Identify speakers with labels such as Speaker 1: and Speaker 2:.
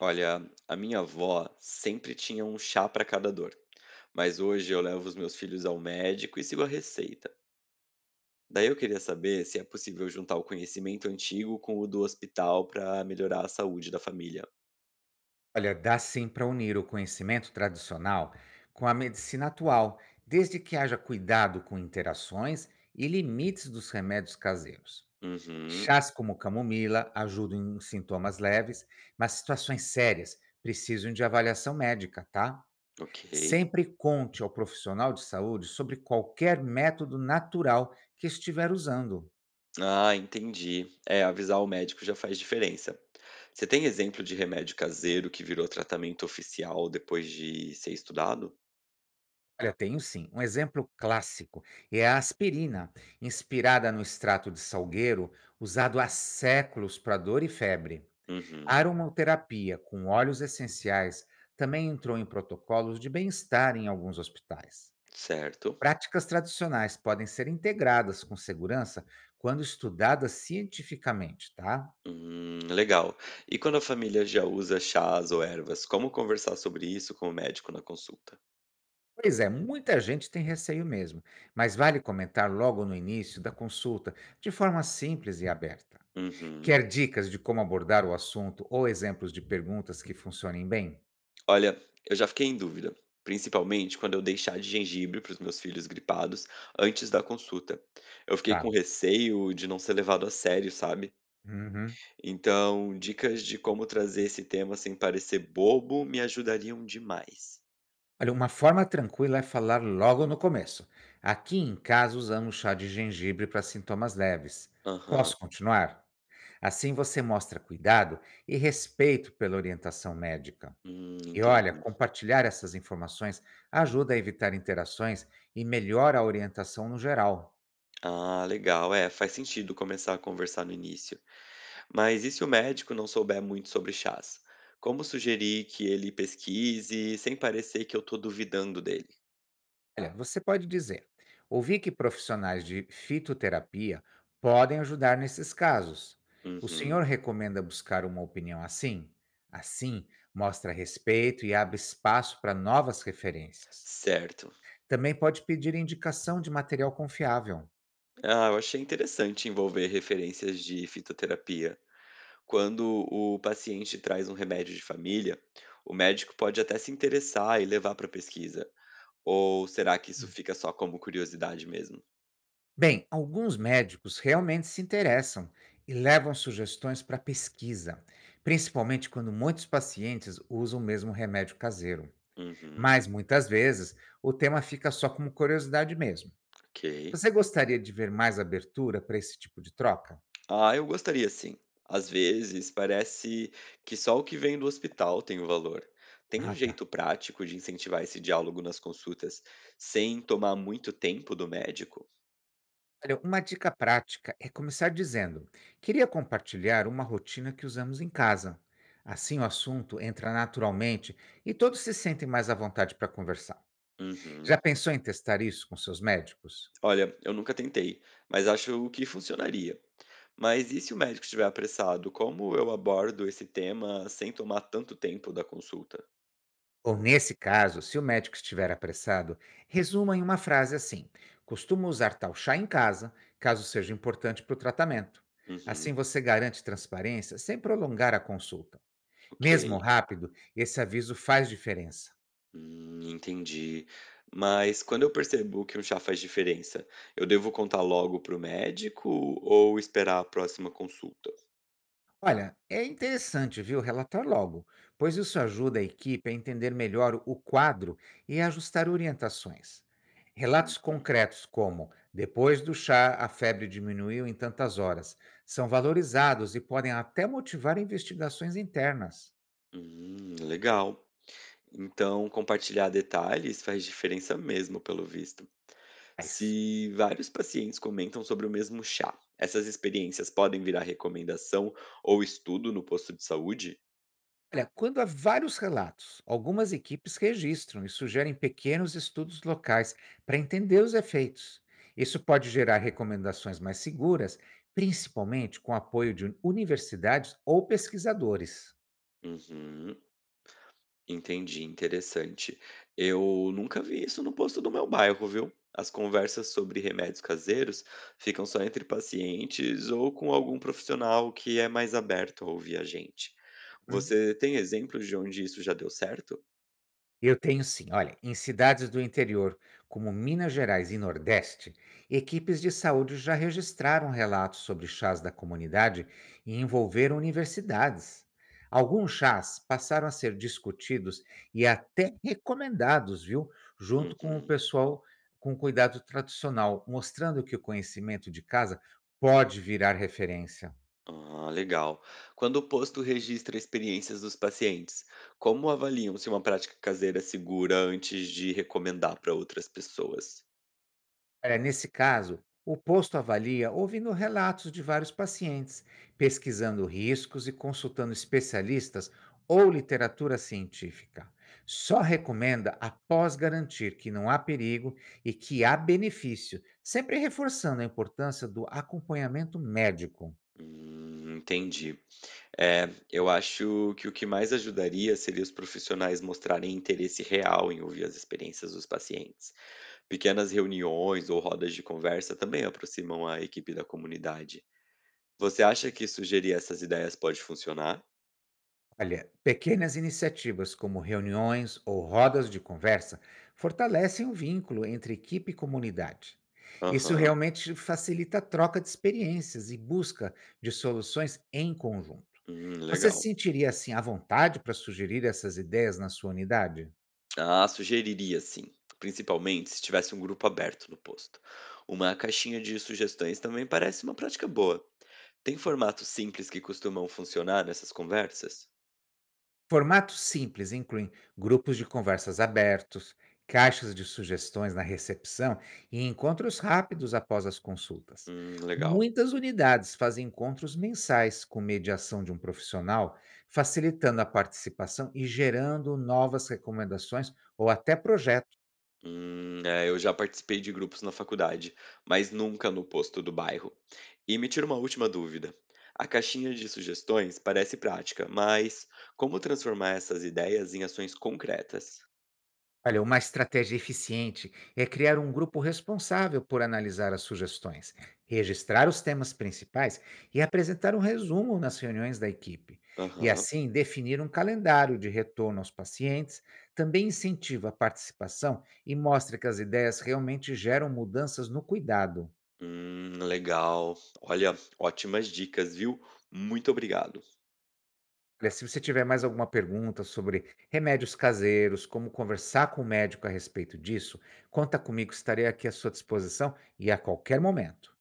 Speaker 1: Olha, a minha avó sempre tinha um chá para cada dor, mas hoje eu levo os meus filhos ao médico e sigo a receita. Daí eu queria saber se é possível juntar o conhecimento antigo com o do hospital para melhorar a saúde da família.
Speaker 2: Olha, dá sim para unir o conhecimento tradicional com a medicina atual, desde que haja cuidado com interações e limites dos remédios caseiros.
Speaker 1: Uhum,
Speaker 2: Chás como camomila ajudam em sintomas leves, mas situações sérias precisam de avaliação médica, tá?
Speaker 1: ok.
Speaker 2: Sempre conte ao profissional de saúde sobre qualquer método natural que estiver usando.
Speaker 1: Ah, entendi. É, avisar o médico já faz diferença. Você tem exemplo de remédio caseiro que virou tratamento oficial depois de ser estudado?
Speaker 2: Olha, tenho sim. Um exemplo clássico é a aspirina, inspirada no extrato de salgueiro, usado há séculos para dor e febre. A
Speaker 1: Uhum,
Speaker 2: aromaterapia com óleos essenciais também entrou em protocolos de bem-estar em alguns hospitais.
Speaker 1: certo.
Speaker 2: Práticas tradicionais podem ser integradas com segurança quando estudadas cientificamente, tá?
Speaker 1: Legal. E quando a família já usa chás ou ervas, como conversar sobre isso com o médico na consulta?
Speaker 2: Pois é, muita gente tem receio mesmo, mas vale comentar logo no início da consulta, de forma simples e aberta.
Speaker 1: Uhum.
Speaker 2: Quer dicas de como abordar o assunto ou exemplos de perguntas que funcionem bem?
Speaker 1: Olha, eu já fiquei em dúvida, principalmente quando eu dei chá de gengibre para os meus filhos gripados antes da consulta. Eu fiquei
Speaker 2: Tá.
Speaker 1: com receio de não ser levado a sério, sabe?
Speaker 2: Uhum.
Speaker 1: Então, dicas de como trazer esse tema sem parecer bobo me ajudariam demais.
Speaker 2: Olha, uma forma tranquila é falar logo no começo. Aqui em casa usamos chá de gengibre para sintomas leves.
Speaker 1: Aham.
Speaker 2: Posso continuar? Assim você mostra cuidado e respeito pela orientação médica. E olha,
Speaker 1: Entendi.
Speaker 2: compartilhar essas informações ajuda a evitar interações e melhora a orientação no geral.
Speaker 1: Ah, legal. É, faz sentido começar a conversar no início. Mas e se o médico não souber muito sobre chás? Como sugerir que ele pesquise sem parecer que eu tô duvidando dele?
Speaker 2: Olha, você pode dizer: ouvi que profissionais de fitoterapia podem ajudar nesses casos. O senhor
Speaker 1: Uhum,
Speaker 2: recomenda buscar uma opinião assim? Assim, mostra respeito e abre espaço para novas referências.
Speaker 1: certo.
Speaker 2: Também pode pedir indicação de material confiável.
Speaker 1: Ah, eu achei interessante envolver referências de fitoterapia. Quando o paciente traz um remédio de família, o médico pode até se interessar e levar para pesquisa. Ou será que isso fica só como curiosidade mesmo?
Speaker 2: Bem, alguns médicos realmente se interessam e levam sugestões para pesquisa, principalmente quando muitos pacientes usam o mesmo remédio caseiro.
Speaker 1: Uhum,
Speaker 2: Mas, muitas vezes, o tema fica só como curiosidade mesmo.
Speaker 1: ok.
Speaker 2: Você gostaria de ver mais abertura para esse tipo de troca?
Speaker 1: Ah, eu gostaria sim. Às vezes parece que só o que vem do hospital tem o valor. Tem um
Speaker 2: Ah, tá.
Speaker 1: jeito prático de incentivar esse diálogo nas consultas sem tomar muito tempo do médico?
Speaker 2: Olha, uma dica prática é começar dizendo: queria compartilhar uma rotina que usamos em casa. Assim o assunto entra naturalmente e todos se sentem mais à vontade para conversar.
Speaker 1: Uhum.
Speaker 2: Já pensou em testar isso com seus médicos?
Speaker 1: Olha, eu nunca tentei, mas acho que funcionaria. Mas e se o médico estiver apressado, como eu abordo esse tema sem tomar tanto tempo da consulta?
Speaker 2: Ou nesse caso, se o médico estiver apressado, resuma em uma frase assim: costumo usar tal chá em casa, caso seja importante para o tratamento. Assim
Speaker 1: Uhum,
Speaker 2: você garante transparência sem prolongar a consulta.
Speaker 1: ok.
Speaker 2: Mesmo rápido, esse aviso faz diferença.
Speaker 1: Entendi. Mas quando eu percebo que um chá faz diferença, eu devo contar logo para o médico ou esperar a próxima consulta?
Speaker 2: Olha, é interessante, viu, relatar logo, pois isso ajuda a equipe a entender melhor o quadro e a ajustar orientações. Relatos
Speaker 1: Uhum.
Speaker 2: concretos como depois do chá a febre diminuiu em tantas horas são valorizados e podem até motivar investigações internas.
Speaker 1: Legal. Então, compartilhar detalhes faz diferença mesmo, pelo visto. Se vários pacientes comentam sobre o mesmo chá, essas experiências podem virar recomendação ou estudo no posto de saúde?
Speaker 2: Olha, quando há vários relatos, algumas equipes registram e sugerem pequenos estudos locais para entender os efeitos. Isso pode gerar recomendações mais seguras, principalmente com apoio de universidades ou pesquisadores.
Speaker 1: Uhum. Entendi, interessante. Eu nunca vi isso no posto do meu bairro, viu? As conversas sobre remédios caseiros ficam só entre pacientes ou com algum profissional que é mais aberto a ouvir a gente. Você tem exemplos de onde isso já deu certo?
Speaker 2: Eu tenho sim. Olha, em cidades do interior, como Minas Gerais e Nordeste, equipes de saúde já registraram relatos sobre chás da comunidade e envolveram universidades. Alguns chás passaram a ser discutidos e até recomendados, viu? Junto com o
Speaker 1: Uhum.
Speaker 2: pessoal com cuidado tradicional, mostrando que o conhecimento de casa pode virar referência.
Speaker 1: Ah, legal. Quando o posto registra experiências dos pacientes, como avaliam se uma prática caseira é segura antes de recomendar para outras pessoas?
Speaker 2: Olha, nesse caso, o posto avalia ouvindo relatos de vários pacientes, pesquisando riscos e consultando especialistas ou literatura científica. Só recomenda após garantir que não há perigo e que há benefício, sempre reforçando a importância do acompanhamento médico.
Speaker 1: Entendi. É, eu acho que o que mais ajudaria seria os profissionais mostrarem interesse real em ouvir as experiências dos pacientes. Pequenas reuniões ou rodas de conversa também aproximam a equipe da comunidade. Você acha que sugerir essas ideias pode funcionar?
Speaker 2: Olha, pequenas iniciativas como reuniões ou rodas de conversa fortalecem o vínculo entre equipe e comunidade. Isso
Speaker 1: Aham.
Speaker 2: realmente facilita a troca de experiências e busca de soluções em conjunto. Você se
Speaker 1: Legal.
Speaker 2: sentiria assim à vontade para sugerir essas ideias na sua unidade?
Speaker 1: Ah, sugeriria sim. Principalmente se tivesse um grupo aberto no posto. Uma caixinha de sugestões também parece uma prática boa. Tem formatos simples que costumam funcionar nessas conversas?
Speaker 2: Formatos simples incluem grupos de conversas abertos, caixas de sugestões na recepção e encontros rápidos após as consultas.
Speaker 1: Legal.
Speaker 2: Muitas unidades fazem encontros mensais com mediação de um profissional, facilitando a participação e gerando novas recomendações ou até projetos.
Speaker 1: É, eu já participei de grupos na faculdade, mas nunca no posto do bairro. E me tira uma última dúvida. A caixinha de sugestões parece prática, mas como transformar essas ideias em ações concretas?
Speaker 2: Olha, uma estratégia eficiente é criar um grupo responsável por analisar as sugestões, registrar os temas principais e apresentar um resumo nas reuniões da equipe. E
Speaker 1: Aham.
Speaker 2: assim, definir um calendário de retorno aos pacientes também incentiva a participação e mostra que as ideias realmente geram mudanças no cuidado.
Speaker 1: Legal. Olha, ótimas dicas, viu? Muito obrigado.
Speaker 2: Olha, se você tiver mais alguma pergunta sobre remédios caseiros, como conversar com o médico a respeito disso, conta comigo, estarei aqui à sua disposição e a qualquer momento.